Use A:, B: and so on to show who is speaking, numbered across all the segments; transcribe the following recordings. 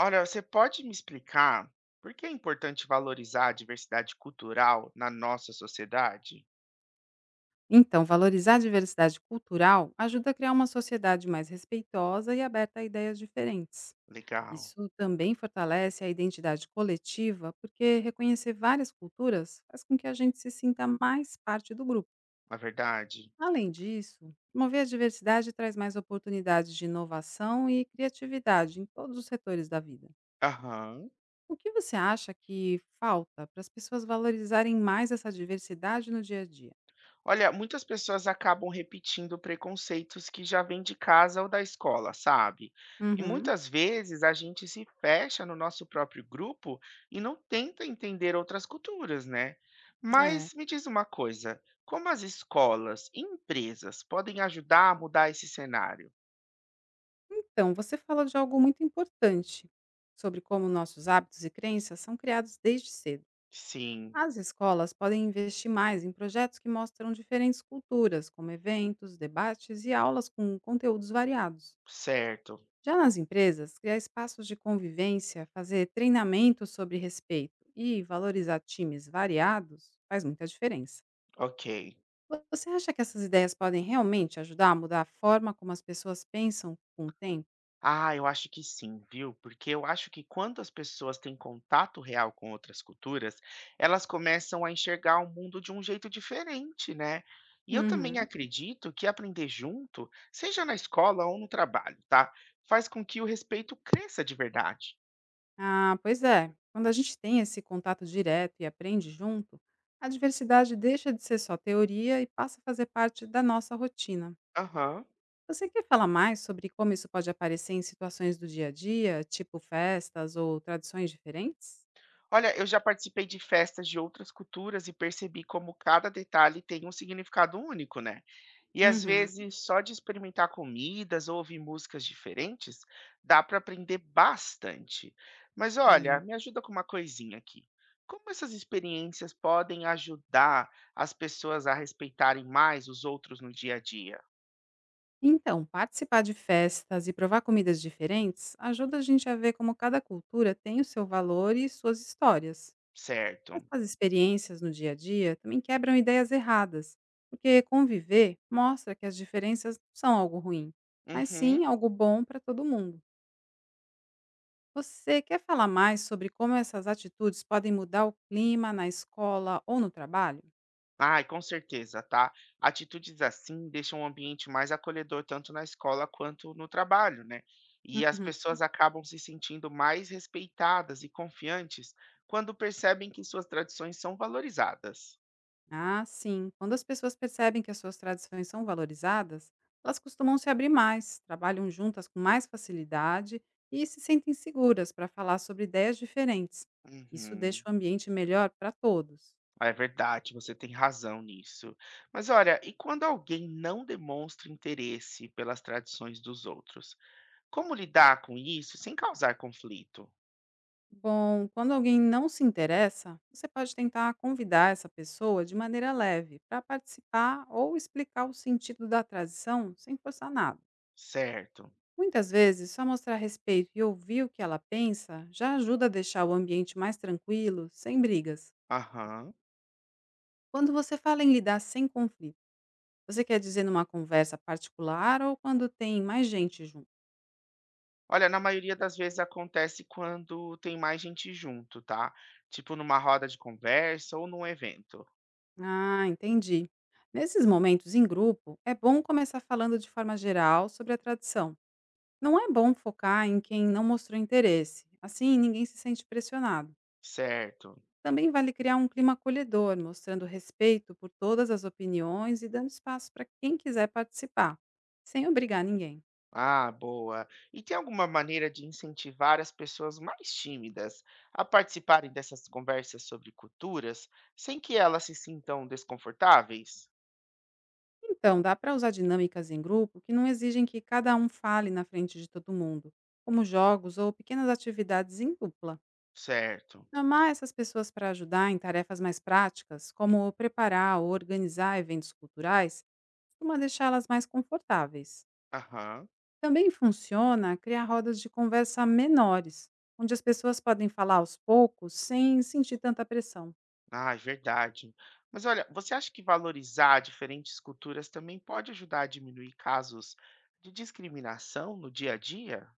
A: Olha, você pode me explicar por que é importante valorizar a diversidade cultural na nossa sociedade?
B: Então, valorizar a diversidade cultural ajuda a criar uma sociedade mais respeitosa e aberta a ideias diferentes.
A: Legal,
B: Isso também fortalece a identidade coletiva, porque reconhecer várias culturas faz com que a gente se sinta mais parte do grupo.
A: na verdade.
B: Além disso, promover a diversidade traz mais oportunidades de inovação e criatividade em todos os setores da vida.
A: Aham.
B: O que você acha que falta para as pessoas valorizarem mais essa diversidade no dia a dia?
A: Olha, muitas pessoas acabam repetindo preconceitos que já vêm de casa ou da escola, sabe? E
B: Uhum,
A: muitas vezes a gente se fecha no nosso próprio grupo e não tenta entender outras culturas, né?
B: é.
A: Mas me diz uma coisa, como as escolas e empresas podem ajudar a mudar esse cenário?
B: Então, você fala de algo muito importante sobre como nossos hábitos e crenças são criados desde cedo.
A: Sim.
B: As escolas podem investir mais em projetos que mostram diferentes culturas, como eventos, debates e aulas com conteúdos variados.
A: Certo,
B: Já nas empresas, criar espaços de convivência, fazer treinamentos sobre respeito e valorizar times variados faz muita diferença.
A: ok.
B: Você acha que essas ideias podem realmente ajudar a mudar a forma como as pessoas pensam com o tempo?
A: Ah, eu acho que sim, viu? Porque eu acho que quando as pessoas têm contato real com outras culturas, elas começam a enxergar o mundo de um jeito diferente, né? E eu também
B: Uhum.
A: acredito que aprender junto, seja na escola ou no trabalho, tá? Faz com que o respeito cresça de verdade.
B: Ah, pois é. Quando a gente tem esse contato direto e aprende junto, a diversidade deixa de ser só teoria e passa a fazer parte da nossa rotina.
A: Aham.
B: Você quer falar mais sobre como isso pode aparecer em situações do dia a dia, tipo festas ou tradições diferentes?
A: Olha, eu já participei de festas de outras culturas e percebi como cada detalhe tem um significado único, né? E às
B: Uhum,
A: vezes, só de experimentar comidas ou ouvir músicas diferentes, dá para aprender bastante. Mas olha,
B: sim.
A: me ajuda com uma coisinha aqui. Como essas experiências podem ajudar as pessoas a respeitarem mais os outros no dia a dia,
B: Então, participar de festas e provar comidas diferentes ajuda a gente a ver como cada cultura tem o seu valor e suas histórias.
A: certo?
B: Essas experiências no dia a dia também quebram ideias erradas, porque conviver mostra que as diferenças não são algo ruim, mas
A: Uhum.
B: sim algo bom para todo mundo. Você quer falar mais sobre como essas atitudes podem mudar o clima na escola ou no trabalho?
A: Ai, com certeza, tá? Atitudes assim deixam o ambiente mais acolhedor tanto na escola quanto no trabalho, né? E as
B: Uhum.
A: pessoas acabam se sentindo mais respeitadas e confiantes quando percebem que suas tradições são valorizadas.
B: Ah, sim. Quando as pessoas percebem que as suas tradições são valorizadas, elas costumam se abrir mais, trabalham juntas com mais facilidade e se sentem seguras para falar sobre ideias diferentes. Isso deixa
A: Uhum.
B: o ambiente melhor para todos.
A: É verdade, você tem razão nisso. Mas olha, e quando alguém não demonstra interesse pelas tradições dos outros? Como lidar com isso sem causar conflito?
B: Bom, quando alguém não se interessa, você pode tentar convidar essa pessoa de maneira leve para participar ou explicar o sentido da tradição sem forçar nada.
A: Certo.
B: Muitas vezes, só mostrar respeito e ouvir o que ela pensa já ajuda a deixar o ambiente mais tranquilo, sem brigas.
A: Aham.
B: Quando você fala em lidar sem conflito, você quer dizer numa conversa particular ou quando tem mais gente junto?
A: Olha, na maioria das vezes acontece quando tem mais gente junto, tá? Tipo numa roda de conversa ou num evento,
B: Ah, entendi. Nesses momentos em grupo, é bom começar falando de forma geral sobre a tradição. Não é bom focar em quem não mostrou interesse, assim ninguém se sente pressionado.
A: certo?
B: Também vale criar um clima acolhedor, mostrando respeito por todas as opiniões e dando espaço para quem quiser participar, sem obrigar ninguém.
A: Ah, boa. E tem alguma maneira de incentivar as pessoas mais tímidas a participarem dessas conversas sobre culturas sem que elas se sintam desconfortáveis?
B: Então, dá para usar dinâmicas em grupo que não exigem que cada um fale na frente de todo mundo, como jogos ou pequenas atividades em dupla.
A: Certo.
B: Chamar essas pessoas para ajudar em tarefas mais práticas, como preparar ou organizar eventos culturais, costuma deixá-las mais confortáveis.
A: Aham.
B: Também funciona criar rodas de conversa menores, onde as pessoas podem falar aos poucos sem sentir tanta pressão.
A: Ah, é verdade. Mas olha, você acha que valorizar diferentes culturas também pode ajudar a diminuir casos de discriminação no dia a dia?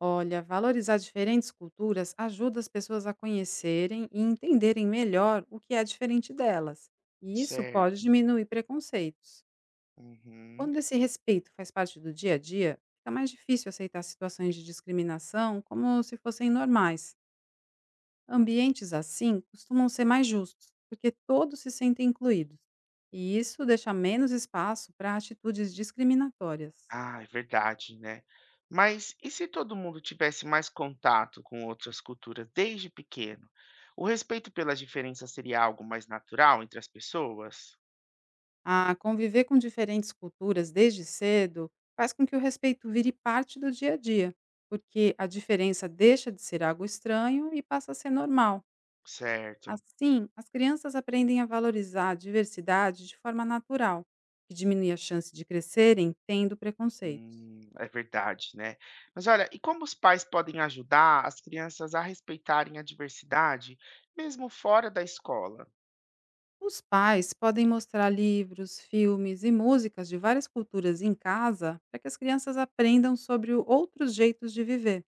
B: Olha, valorizar diferentes culturas ajuda as pessoas a conhecerem e entenderem melhor o que é diferente delas, e isso pode
A: Certo.
B: diminuir preconceitos.
A: Uhum.
B: Quando esse respeito faz parte do dia a dia, fica mais difícil aceitar situações de discriminação como se fossem normais. Ambientes assim costumam ser mais justos, porque todos se sentem incluídos, e isso deixa menos espaço para atitudes discriminatórias.
A: Ah, é verdade, né? Mas e se todo mundo tivesse mais contato com outras culturas desde pequeno? O respeito pelas diferenças seria algo mais natural entre as pessoas?
B: A conviver com diferentes culturas desde cedo faz com que o respeito vire parte do dia a dia, porque a diferença deixa de ser algo estranho e passa a ser normal.
A: Certo.
B: Assim, as crianças aprendem a valorizar a diversidade de forma natural, que diminui a chance de crescerem tendo preconceitos.
A: É verdade, né? Mas olha, e como os pais podem ajudar as crianças a respeitarem a diversidade, mesmo fora da escola?
B: Os pais podem mostrar livros, filmes e músicas de várias culturas em casa para que as crianças aprendam sobre outros jeitos de viver.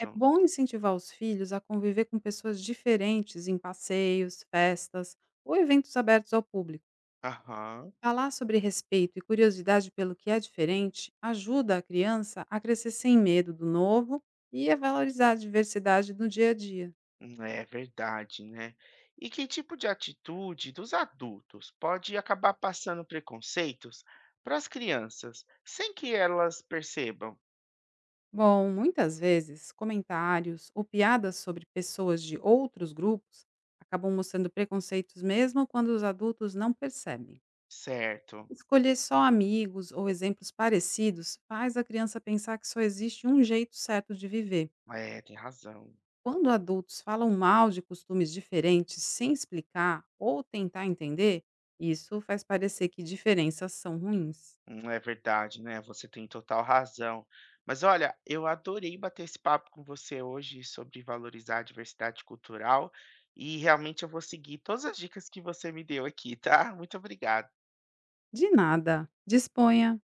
B: É bom incentivar os filhos a conviver com pessoas diferentes em passeios, festas ou eventos abertos ao público.
A: Aham.
B: Falar sobre respeito e curiosidade pelo que é diferente ajuda a criança a crescer sem medo do novo e a valorizar a diversidade no dia a dia.
A: É verdade, né? E que tipo de atitude dos adultos pode acabar passando preconceitos para as crianças sem que elas percebam?
B: Bom, muitas vezes comentários ou piadas sobre pessoas de outros grupos acabam mostrando preconceitos mesmo quando os adultos não percebem.
A: Certo,
B: Escolher só amigos ou exemplos parecidos faz a criança pensar que só existe um jeito certo de viver.
A: é, tem razão.
B: Quando adultos falam mal de costumes diferentes sem explicar ou tentar entender, isso faz parecer que diferenças são ruins.
A: É verdade, né? Você tem total razão. Mas olha, eu adorei bater esse papo com você hoje sobre valorizar a diversidade cultural e realmente eu vou seguir todas as dicas que você me deu aqui, tá? Muito obrigado.
B: De nada. Disponha!